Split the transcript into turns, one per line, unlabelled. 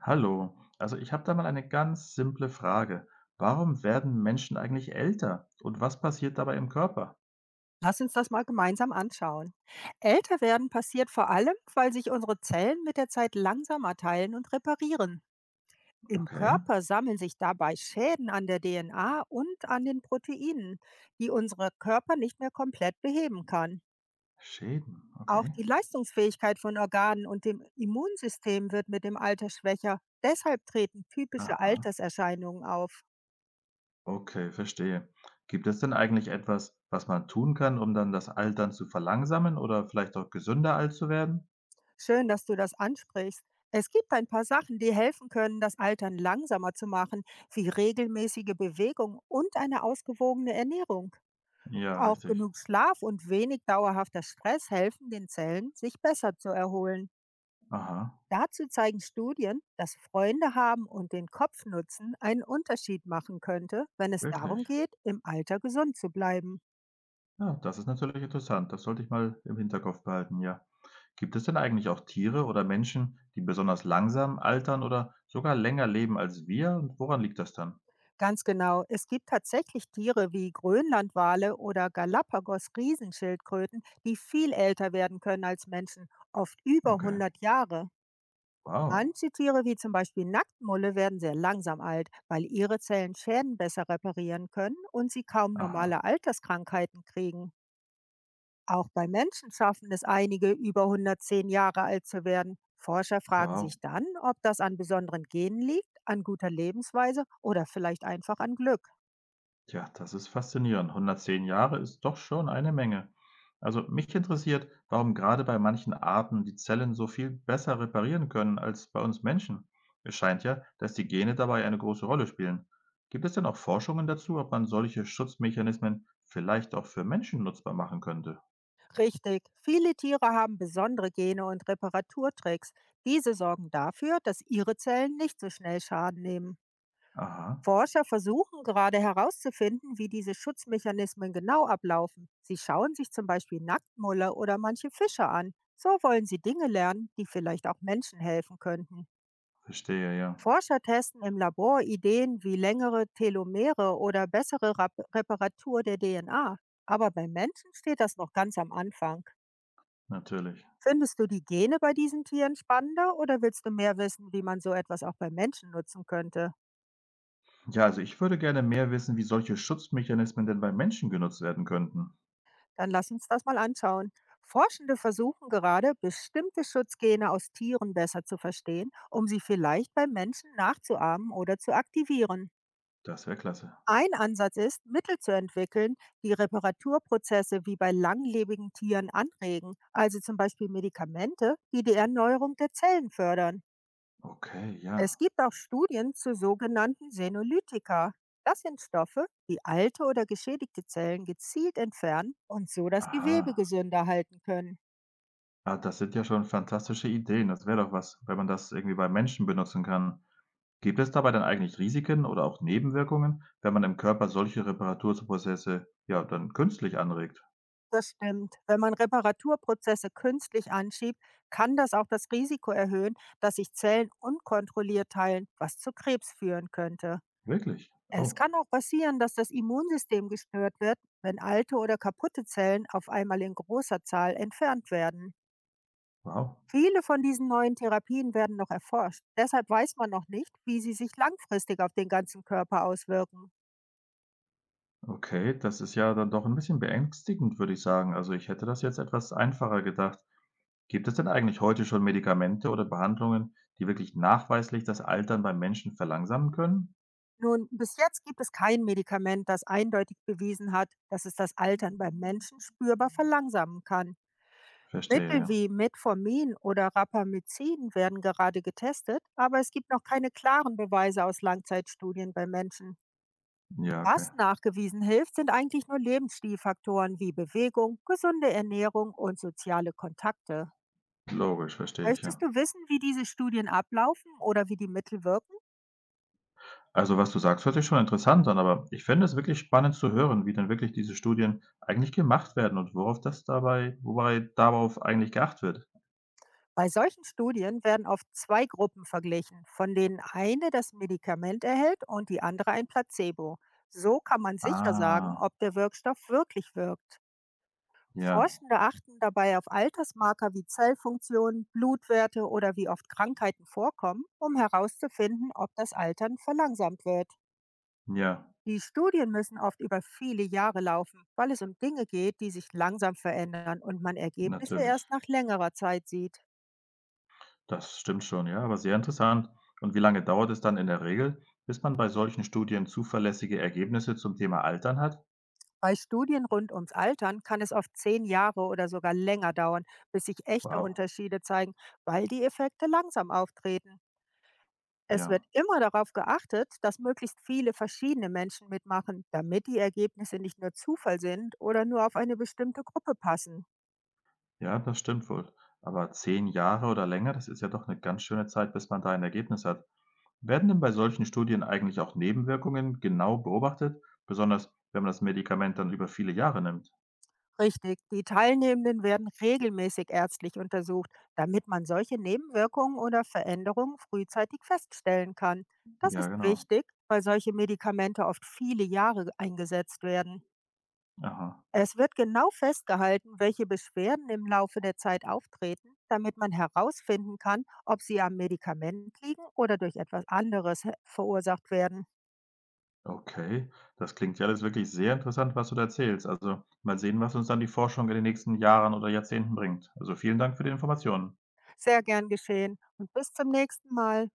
Hallo, also ich habe da mal eine ganz simple Frage. Warum werden Menschen eigentlich älter? Und was passiert dabei im Körper?
Lass uns das mal gemeinsam anschauen. Älter werden passiert vor allem, weil sich unsere Zellen mit der Zeit langsamer teilen und reparieren. Im
Okay,
Körper sammeln sich dabei Schäden an der DNA und an den Proteinen, die unser Körper nicht mehr komplett beheben kann.
Schäden,
Auch
okay.
die Leistungsfähigkeit von Organen und dem Immunsystem wird mit dem Alter schwächer. Deshalb treten typische
Aha,
Alterserscheinungen auf.
okay, verstehe. Gibt es denn eigentlich etwas, was man tun kann, um dann das Altern zu verlangsamen oder vielleicht auch gesünder alt zu werden?
Schön, dass du das ansprichst. Es gibt ein paar Sachen, die helfen können, das Altern langsamer zu machen, wie regelmäßige Bewegung und eine ausgewogene Ernährung.
Ja,
Auch
richtig.
genug Schlaf und wenig dauerhafter Stress helfen den Zellen, sich besser zu erholen.
Aha,
Dazu zeigen Studien, dass Freunde haben und den Kopf nutzen einen Unterschied machen könnte, wenn es darum
wirklich.
geht, im Alter gesund zu bleiben.
Ja, das ist natürlich interessant. Das sollte ich mal im Hinterkopf behalten, ja. Gibt es denn eigentlich auch Tiere oder Menschen, die besonders langsam altern oder sogar länger leben als wir? Und woran liegt das dann?
Ganz genau. Es gibt tatsächlich Tiere wie Grönlandwale oder Galapagos-Riesenschildkröten, die viel älter werden können als Menschen, oft über
Okay.
100 Jahre.
Wow.
Manche Tiere wie zum Beispiel Nacktmulle werden sehr langsam alt, weil ihre Zellen Schäden besser reparieren können und sie kaum
Aha.
normale Alterskrankheiten kriegen. Auch bei Menschen schaffen es einige, über 110 Jahre alt zu werden. Forscher fragen
Wow.
sich dann, ob das an besonderen Genen liegt, an guter Lebensweise oder vielleicht einfach an Glück.
Tja, das ist faszinierend. 110 Jahre ist doch schon eine Menge. Also mich interessiert, warum gerade bei manchen Arten die Zellen so viel besser reparieren können als bei uns Menschen. Es scheint ja, dass die Gene dabei eine große Rolle spielen. Gibt es denn auch Forschungen dazu, ob man solche Schutzmechanismen vielleicht auch für Menschen nutzbar machen könnte?
Richtig. Viele Tiere haben besondere Gene und Reparaturtricks. Diese sorgen dafür, dass ihre Zellen nicht so schnell Schaden nehmen.
Aha.
Forscher versuchen gerade herauszufinden, wie diese Schutzmechanismen genau ablaufen. Sie schauen sich zum Beispiel Nacktmulle oder manche Fische an. So wollen sie Dinge lernen, die vielleicht auch Menschen helfen könnten.
Verstehe, ja,
Forscher testen im Labor Ideen wie längere Telomere oder bessere Rap Reparatur der DNA. Aber bei Menschen steht das noch ganz am Anfang.
natürlich.
Findest du die Gene bei diesen Tieren spannender oder willst du mehr wissen, wie man so etwas auch bei Menschen nutzen könnte?
Ja, also ich würde gerne mehr wissen, wie solche Schutzmechanismen denn bei Menschen genutzt werden könnten.
Dann lass uns das mal anschauen. Forschende versuchen gerade, bestimmte Schutzgene aus Tieren besser zu verstehen, um sie vielleicht bei Menschen nachzuahmen oder zu aktivieren.
Das wäre klasse.
Ein Ansatz ist, Mittel zu entwickeln, die Reparaturprozesse wie bei langlebigen Tieren anregen, also zum Beispiel Medikamente, die die Erneuerung der Zellen fördern.
Okay,
Es
ja.
gibt auch Studien zu sogenannten Senolytika. Das sind Stoffe, die alte oder geschädigte Zellen gezielt entfernen und so das Gewebe
Aha.
gesünder halten können.
Ah, das sind ja schon fantastische Ideen. Das wäre doch was, wenn man das irgendwie bei Menschen benutzen kann. Gibt es dabei dann eigentlich Risiken oder auch Nebenwirkungen, wenn man im Körper solche Reparaturprozesse ja dann künstlich anregt?
Das stimmt. Wenn man Reparaturprozesse künstlich anschiebt, kann das auch das Risiko erhöhen, dass sich Zellen unkontrolliert teilen, was zu Krebs führen könnte.
Wirklich?
Es
Oh,
kann auch passieren, dass das Immunsystem gestört wird, wenn alte oder kaputte Zellen auf einmal in großer Zahl entfernt werden.
wow.
Viele von diesen neuen Therapien werden noch erforscht. Deshalb weiß man noch nicht, wie sie sich langfristig auf den ganzen Körper auswirken.
Okay, das ist ja dann doch ein bisschen beängstigend, würde ich sagen. Also ich hätte das jetzt etwas einfacher gedacht. Gibt es denn eigentlich heute schon Medikamente oder Behandlungen, die wirklich nachweislich das Altern beim Menschen verlangsamen können?
Nun, bis jetzt gibt es kein Medikament, das eindeutig bewiesen hat, dass es das Altern beim Menschen spürbar verlangsamen kann.
Verstehe,
Mittel
ja.
wie Metformin oder Rapamycin werden gerade getestet, aber es gibt noch keine klaren Beweise aus Langzeitstudien bei Menschen.
Ja, okay.
Was nachgewiesen hilft, sind eigentlich nur Lebensstilfaktoren wie Bewegung, gesunde Ernährung und soziale Kontakte.
Logisch, verstehe ich,
Möchtest
ja.
du wissen, wie diese Studien ablaufen oder wie die Mittel wirken?
Also, was du sagst, hört sich schon interessant an, aber ich fände es wirklich spannend zu hören, wie denn wirklich diese Studien eigentlich gemacht werden und worauf das dabei wobei darauf eigentlich geachtet wird.
Bei solchen Studien werden oft zwei Gruppen verglichen, von denen eine das Medikament erhält und die andere ein Placebo. So kann man sicher sagen,
Ah,
ob der Wirkstoff wirklich wirkt.
ja,
Forschende achten dabei auf Altersmarker wie Zellfunktion, Blutwerte oder wie oft Krankheiten vorkommen, um herauszufinden, ob das Altern verlangsamt wird.
ja,
Die Studien müssen oft über viele Jahre laufen, weil es um Dinge geht, die sich langsam verändern und man Ergebnisse
natürlich.
erst nach längerer Zeit sieht.
Das stimmt schon, ja, aber sehr interessant. Und wie lange dauert es dann in der Regel, bis man bei solchen Studien zuverlässige Ergebnisse zum Thema Altern hat?
Bei Studien rund ums Altern kann es oft 10 Jahre oder sogar länger dauern, bis sich echte
Wow.
Unterschiede zeigen, weil die Effekte langsam auftreten. Es wird
Ja,
immer darauf geachtet, dass möglichst viele verschiedene Menschen mitmachen, damit die Ergebnisse nicht nur Zufall sind oder nur auf eine bestimmte Gruppe passen.
ja, das stimmt wohl. Aber 10 Jahre oder länger, das ist ja doch eine ganz schöne Zeit, bis man da ein Ergebnis hat. Werden denn bei solchen Studien eigentlich auch Nebenwirkungen genau beobachtet, besonders wenn man das Medikament dann über viele Jahre nimmt?
Richtig, die Teilnehmenden werden regelmäßig ärztlich untersucht, damit man solche Nebenwirkungen oder Veränderungen frühzeitig feststellen kann. Das
Ja,
ist
genau.
wichtig, weil solche Medikamente oft viele Jahre eingesetzt werden.
Aha.
Es wird genau festgehalten, welche Beschwerden im Laufe der Zeit auftreten, damit man herausfinden kann, ob sie am Medikament liegen oder durch etwas anderes verursacht werden.
Okay, das klingt ja alles wirklich sehr interessant, was du da erzählst. Also, mal sehen, was uns dann die Forschung in den nächsten Jahren oder Jahrzehnten bringt. Also, vielen Dank für die Informationen.
Sehr gern geschehen und bis zum nächsten Mal.